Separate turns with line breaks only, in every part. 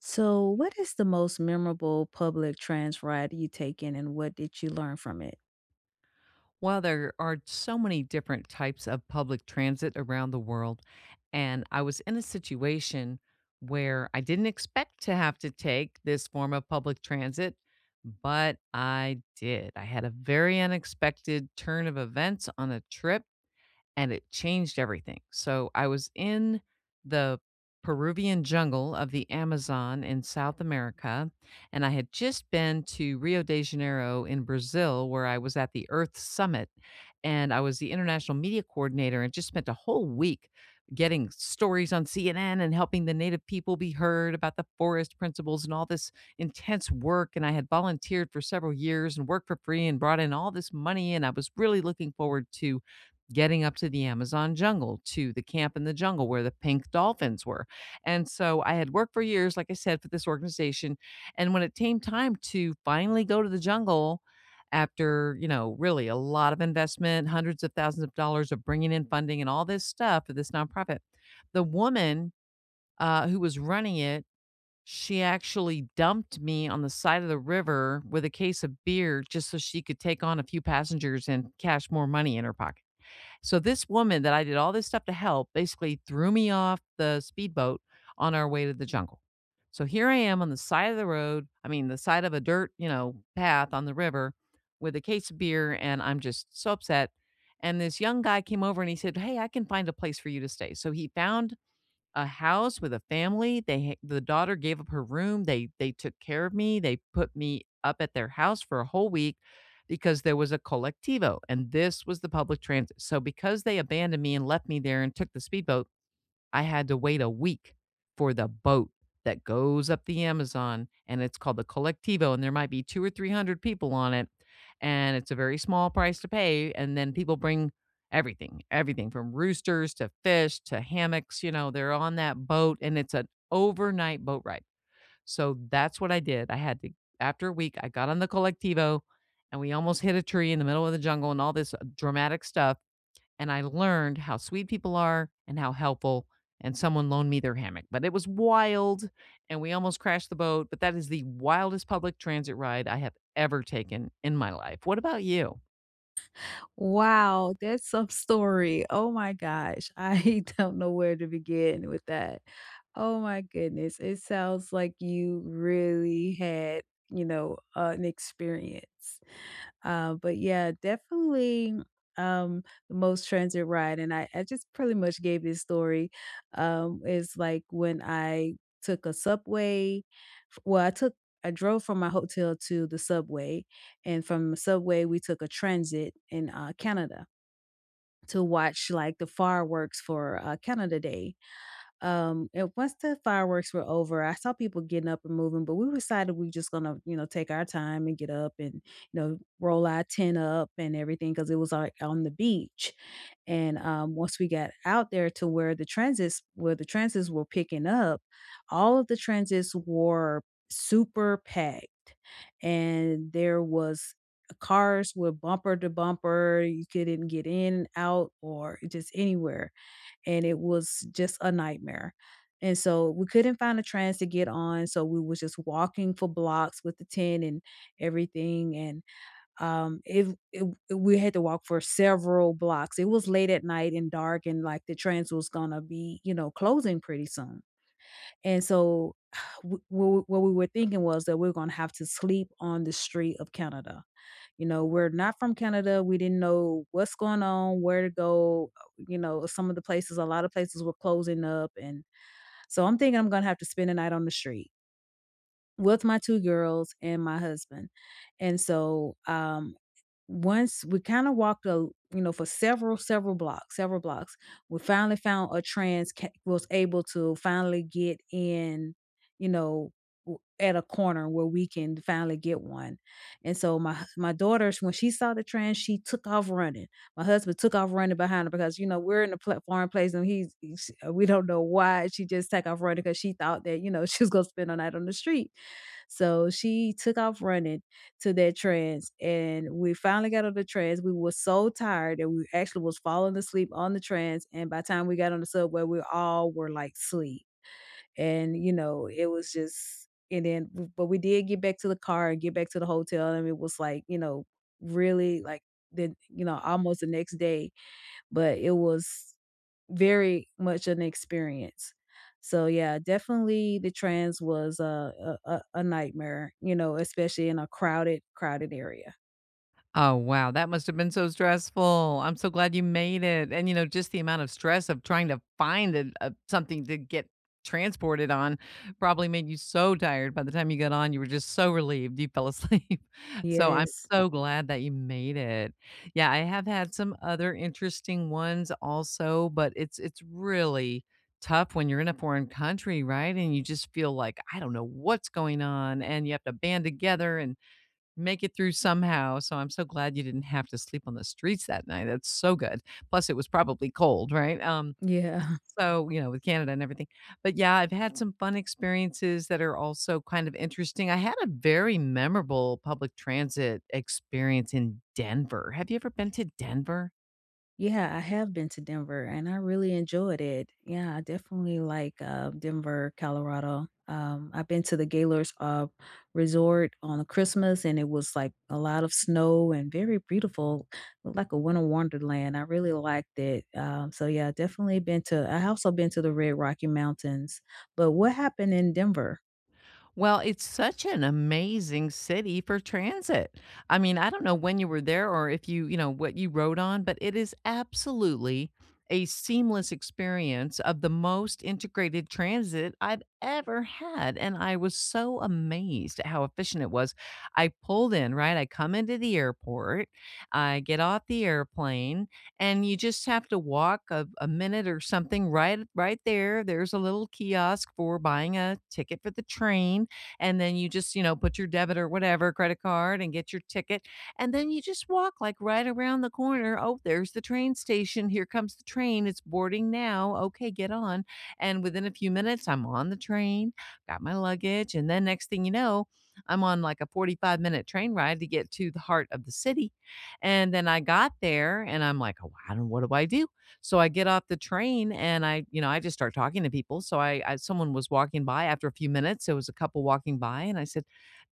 So, what is the most memorable public trans ride you taken and what did you learn from it?
Well, there are so many different types of public transit around the world, and I was in a situation where I didn't expect to have to take this form of public transit, but I did. I had a very unexpected turn of events on a trip and it changed everything. So I was in the Peruvian jungle of the Amazon in South America, and I had just been to Rio de Janeiro in Brazil, where I was at the Earth Summit, and I was the international media coordinator and just spent a whole week getting stories on CNN and helping the native people be heard about the forest principles and all this intense work. And I had volunteered for several years and worked for free and brought in all this money, and I was really looking forward to getting up to the Amazon jungle, to the camp in the jungle where the pink dolphins were. And so I had worked for years, like I said, for this organization. And when it came time to finally go to the jungle, after really a lot of investment, hundreds of thousands of dollars of bringing in funding and all this stuff for this nonprofit, the woman who was running it, she actually dumped me on the side of the river with a case of beer just so she could take on a few passengers and cash more money in her pocket. So this woman that I did all this stuff to help basically threw me off the speedboat on our way to the jungle. So here I am on the side of the road, I mean the side of a dirt path on the river with a case of beer, and I'm just so upset. And this young guy came over and he said, "Hey, I can find a place for you to stay." So he found a house with a family. The daughter gave up her room. They took care of me. They put me up at their house for a whole week because there was a colectivo, and this was the public transit. So because they abandoned me and left me there and took the speedboat, I had to wait a week for the boat that goes up the Amazon, and it's called the Colectivo, and there might be two or 300 people on it. And it's a very small price to pay. And then people bring everything, everything from roosters to fish to hammocks. You know, they're on that boat, and it's an overnight boat ride. So that's what I did. I had to, after a week, I got on the Colectivo, and we almost hit a tree in the middle of the jungle and all this dramatic stuff, and I learned how sweet people are and how helpful. And someone loaned me their hammock, but it was wild and we almost crashed the boat. But that is the wildest public transit ride I have ever taken in my life. What about you?
Wow, that's some story. Oh my gosh. I don't know where to begin with that. Oh my goodness. It sounds like you really had, you know, an experience. But yeah, definitely um the most transit ride. And I just pretty much gave this story. Is like when I took a subway. Well, I took I drove from my hotel to the subway, and from the subway we took a transit in Canada to watch like the fireworks for Canada Day, and once the fireworks were over, I saw people getting up and moving, but we decided we were just gonna, you know, take our time and get up and, you know, roll our tent up and everything because it was like on the beach. And once we got out there to where the transits were picking up, all of the transits were super packed, and there was cars were bumper to bumper. You couldn't get in, out, or just anywhere and it was just a nightmare. And so we couldn't find a trans to get on, so we was just walking for blocks with the tent and everything, and, it it we had to walk for several blocks. It was late at night and dark, and, like, the trans was gonna be, you know, closing pretty soon. And so, w w what we were thinking was that we're gonna have to sleep on the street of Canada. You know, we're not from Canada. We didn't know what's going on, where to go. You know, some of the places, a lot of places were closing up. And so I'm thinking I'm going to have to spend a night on the street with my two girls and my husband. And so once we kind of walked a you know for several blocks we finally found a was able to finally get in, you know, at a corner where we can finally get one, and so my daughters when she saw the trans she took off running. My husband took off running behind her because you know we're in a foreign place and he's we don't know why she just took off running because she thought that, you know, she was going to spend a night on the street. So she took off running to that trance and we finally got out of the trance. We were so tired that we actually was falling asleep on the trance, and by the time we got on the subway we all were like sleep. And you know it was just and then but we did get back to the car and get back to the hotel, and it was like, you know, really like the, you know, almost the next day, but it was very much an experience. So yeah, definitely the trans was a nightmare, you know, especially in a crowded area.
Oh, wow. That must have been so stressful. I'm so glad you made it. And, you know, just the amount of stress of trying to find something to get transported on probably made you so tired. By the time you got on, you were just so relieved you fell asleep. So I'm
Yes.
so glad that you made it. Yeah, I have had some other interesting ones also, but it's really tough when you're in a foreign country, right? And you just feel like I don't know what's going on, and you have to band together and make it through somehow. So I'm so glad you didn't have to sleep on the streets that night. That's so good. Plus, it was probably cold, right? Um,
Yeah.
so, you know, with Canada and everything. But, yeah, I've had some fun experiences that are also kind of interesting. I had a very memorable public transit experience in Denver. Have you ever been to Denver?
Yeah, I have been to Denver and I really enjoyed it. Yeah, I definitely like, Denver, Colorado. I've been to the Gaylord's, resort on Christmas and it was like a lot of snow and very beautiful, looked like a winter wonderland. I really liked it. So yeah, definitely been to I also been to the Red Rocky Mountains. But what happened in Denver?
Well, it's such an amazing city for transit. I mean, I don't know when you were there or if you what you rode on, but it is absolutely a seamless experience of the most integrated transit I've ever had. And I was so amazed at how efficient it was. I pulled in, right? I come into the airport, I get off the airplane, and you just have to walk a minute or something, right there. There's a little kiosk for buying a ticket for the train, and then you just put your debit or whatever credit card and get your ticket. And then you just walk like right around the corner. Oh, there's the train station. Here comes the train. It's boarding now. Okay, get on. And within a few minutes I'm on the train, got my luggage, and then next thing you know, I'm on like a 45-minute train ride to get to the heart of the city. And then I got there and I'm like, oh, I don't what do I do? So I get off the train and I just start talking to people. So I someone was walking by after a few minutes. It was a couple walking by, and I said,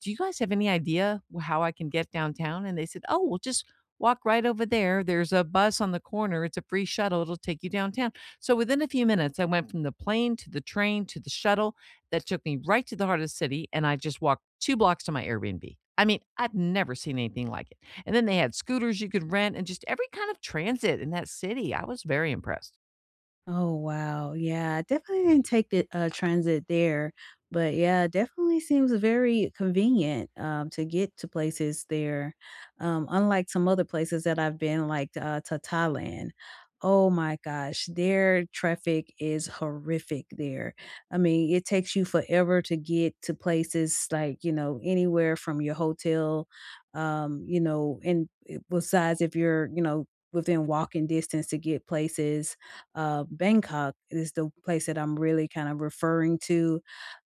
"Do you guys have any idea how I can get downtown?" And they said, "Oh, well, just, walk right over there. There's a bus on the corner. It's a free shuttle. It'll take you downtown." So within a few minutes, I went from the plane to the train to the shuttle that took me right to the heart of the city. And I just walked two blocks to my Airbnb. I mean, I've never seen anything like it. And then they had scooters you could rent and just every kind of transit in that city. I was very impressed.
Oh, wow. Yeah, I definitely didn't take the transit there, but yeah, definitely seems very convenient to get to places there. Unlike some other places that I've been, like to Thailand. Oh my gosh, their traffic is horrific there. I mean, it takes you forever to get to places like, you know, anywhere from your hotel, you know, and besides if you're, you know, within walking distance to get places. Bangkok is the place that I'm really kind of referring to.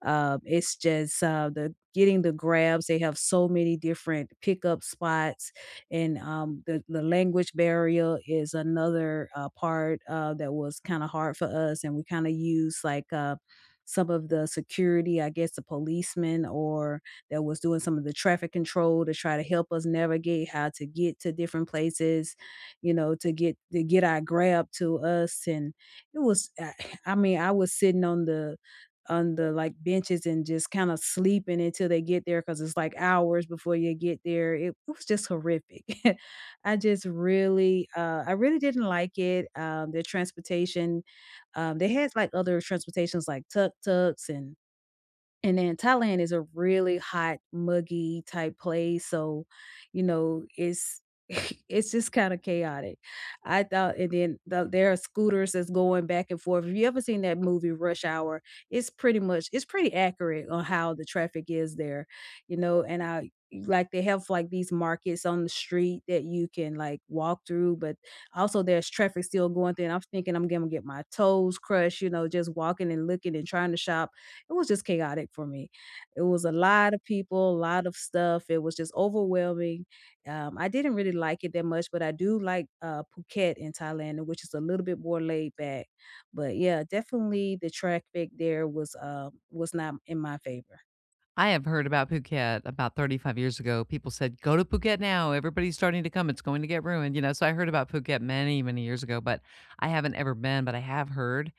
It's just the getting the grabs. They have so many different pickup spots, and the language barrier is another part that was kind of hard for us, and we kind of use like. Some of the security, I guess the policemen or that was doing some of the traffic control to try to help us navigate how to get to different places, you know, to get our grab to us, and it was, I I mean, I was sitting on the like benches and just kind of sleeping until they get there because it's like hours before you get there. It was just horrific. I just really, I really didn't like it. Their transportation, they had like other transportations like tuk tuks and then Thailand is a really hot, muggy type place, so, you know, it's it's just kinda chaotic. I thought and then there are scooters that's going back and forth. If you ever seen that movie Rush Hour, it's pretty accurate on how the traffic is there, you know, and I like, they have, like, these markets on the street that you can, like, walk through, but also there's traffic still going through, and I'm thinking I'm gonna get my toes crushed, you know, just walking and looking and trying to shop. It was just chaotic for me. It was a lot of people, a lot of stuff. It was just overwhelming. I didn't really like it that much, but I do like Phuket in Thailand, which is a little bit more laid back. But yeah, definitely the traffic there was not in my favor.
I have heard about Phuket about 35 years ago. People said, go to Phuket now. Everybody's starting to come. It's going to get ruined. You know, so I heard about Phuket many, many years ago, but I haven't ever been, but I have heard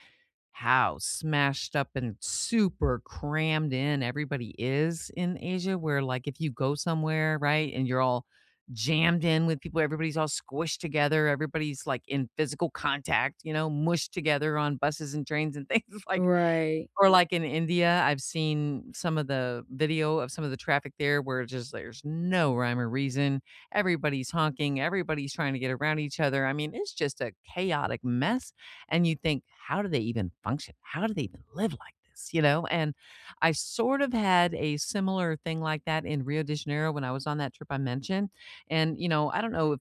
how smashed up and super crammed in everybody is in Asia, where like if you go somewhere, right, and you're all jammed in with people, everybody's all squished together, everybody's like in physical contact, you know, mushed together on buses and trains and things like,
Right.
or like in India, I've seen some of the video of some of the traffic there where it's just, there's no rhyme or reason. Everybody's honking, everybody's trying to get around each other. I mean, it's just a chaotic mess, and you think, "How do they even function? How do they even live like this?" You know? And I sort of had a similar thing like that in Rio de Janeiro when I was on that trip I mentioned. And, you know, I don't know if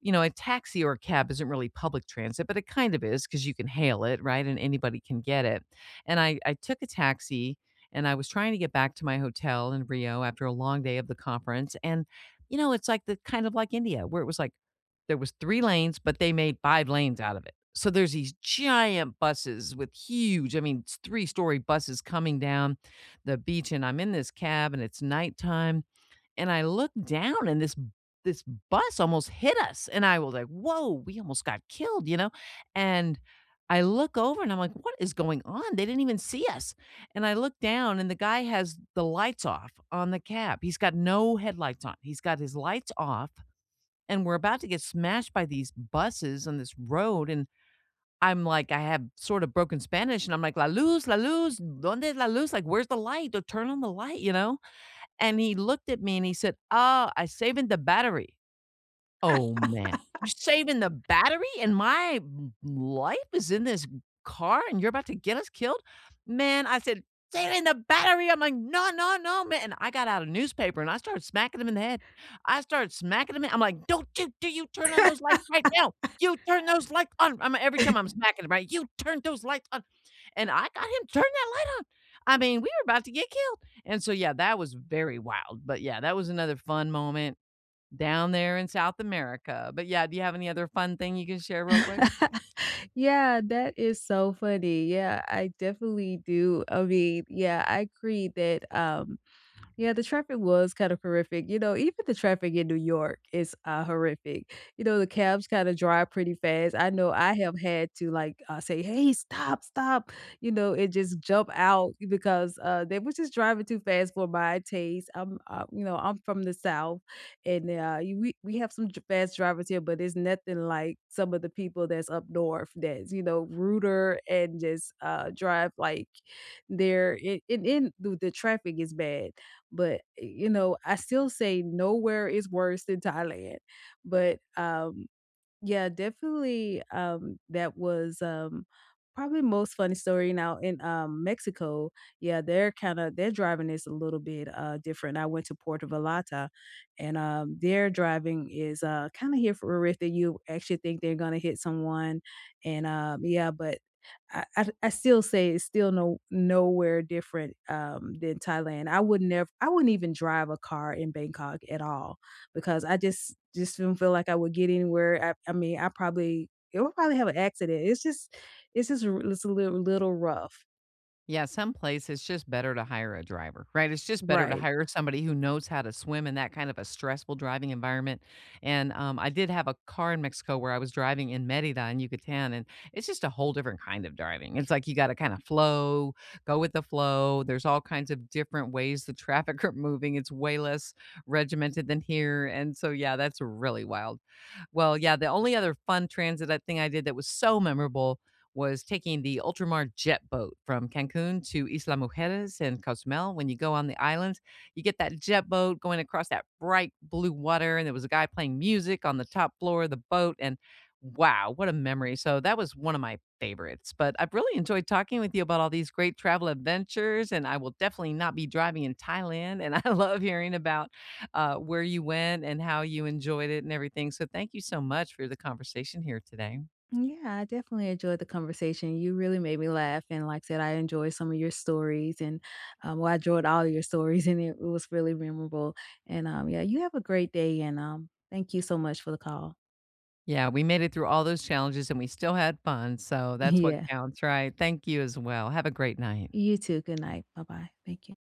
a taxi or a cab isn't really public transit, but it kind of is because you can hail it, right? And anybody can get it. And I took a taxi, and I was trying to get back to my hotel in Rio after a long day of the conference. And, you know, it's like the kind of like India where it was like there was three lanes, but they made five lanes out of it. So there's these giant buses with huge, I mean, three-story buses coming down the beach. And I'm in this cab and it's nighttime, and I looked down, and this bus almost hit us, and I was like, "Whoa, we almost got killed," you know? And I look over and I'm like, "What is going on? They didn't even see us." And I look down, and the guy has the lights off on the cab. He's got no headlights on. He's got his lights off, and we're about to get smashed by these buses on this road. And I'm like, I have sort of broken Spanish, and I'm like, la luz, donde es la luz?" Like, "Where's the light? Or turn on the light," you know? And he looked at me and he said, "Oh, I saving the battery." Oh, man. You're saving the battery and my m life is in this car, and you're about to get us killed? Man, I said, "Saving the battery." I'm like, "No, no, no, man." And I got out a newspaper and I started smacking him in the head. I started smacking him in I'm like, "Don't you do you turn on those lights right now. You turn those lights on." I'm Every time I'm smacking him, right? "You turn those lights on." And I got him to turn that light on. I mean, we were about to get killed. And so yeah, that was very wild. But yeah, that was another fun moment down there in South America. But yeah, do you have any other fun thing you can share real quick?
Yeah, that is so funny. Yeah, I definitely do. I mean, yeah, I agree that yeah, the traffic was kind of horrific. You know, even the traffic in New York is horrific. You know, the cabs kind of drive pretty fast. I know I have had to like, say, "Hey, stop, stop!" You know, it just jump out because they were just driving too fast for my taste. You know, I'm from the South, and we have some fast drivers here, but it's nothing like some of the people that's up north that's, you know, ruder and just drive like they're and the traffic is bad but, eh, you know, I still say nowhere is worse than Thailand. But, yeah, definitely, that was, probably most funny story. Now in, Mexico, yeah, they're kinda their driving is a little bit, different. I went to Puerto Vallarta, and, their driving is, kinda here for a riff that you actually think they're gonna hit someone, and, yeah, but I still say it's still no nowhere different than Thailand. I would never, I wouldn't even drive a car in Bangkok at all because I just don't feel like I would get anywhere. I mean, I probably it would probably have an accident. It's just it's just it's a little, little rough,
Yeah, someplace it's just better to hire a driver, right? It's just better to
right?
hire somebody who knows how to swim in that kind of a stressful driving environment. And, I did have a car in Mexico where I was driving in Merida in Yucatan, and it's just a whole different kind of driving. It's like you gotta kinda flow, go with the flow, there's all kinds of different ways the traffic are moving, it's way less regimented than here, and so, yeah, that's really wild. Well, yeah, the only other fun transit I thing I did that was so memorable was taking the Ultramar jet boat from Cancun to Isla Mujeres and Cozumel. When you go on the islands, you get that jet boat going across that bright blue water, and there was a guy playing music on the top floor of the boat. And wow, what a memory. So that was one of my favorites. But I've really enjoyed talking with you about all these great travel adventures, and I will definitely not be driving in Thailand. And I love hearing about where you went and how you enjoyed it and everything. So thank you so much for the conversation here today.
Yeah, I definitely enjoyed the conversation. You really made me laugh. And like I said, I enjoyed some of your stories and well, I enjoyed all your stories and it was really memorable. And yeah, you have a great day and thank you so much for the call.
Yeah, we made it through all those challenges and we still had fun, so that's what
Yeah,
counts, right? Thank you as well. Have a great night.
you too. Good night. Bye bye. Thank you.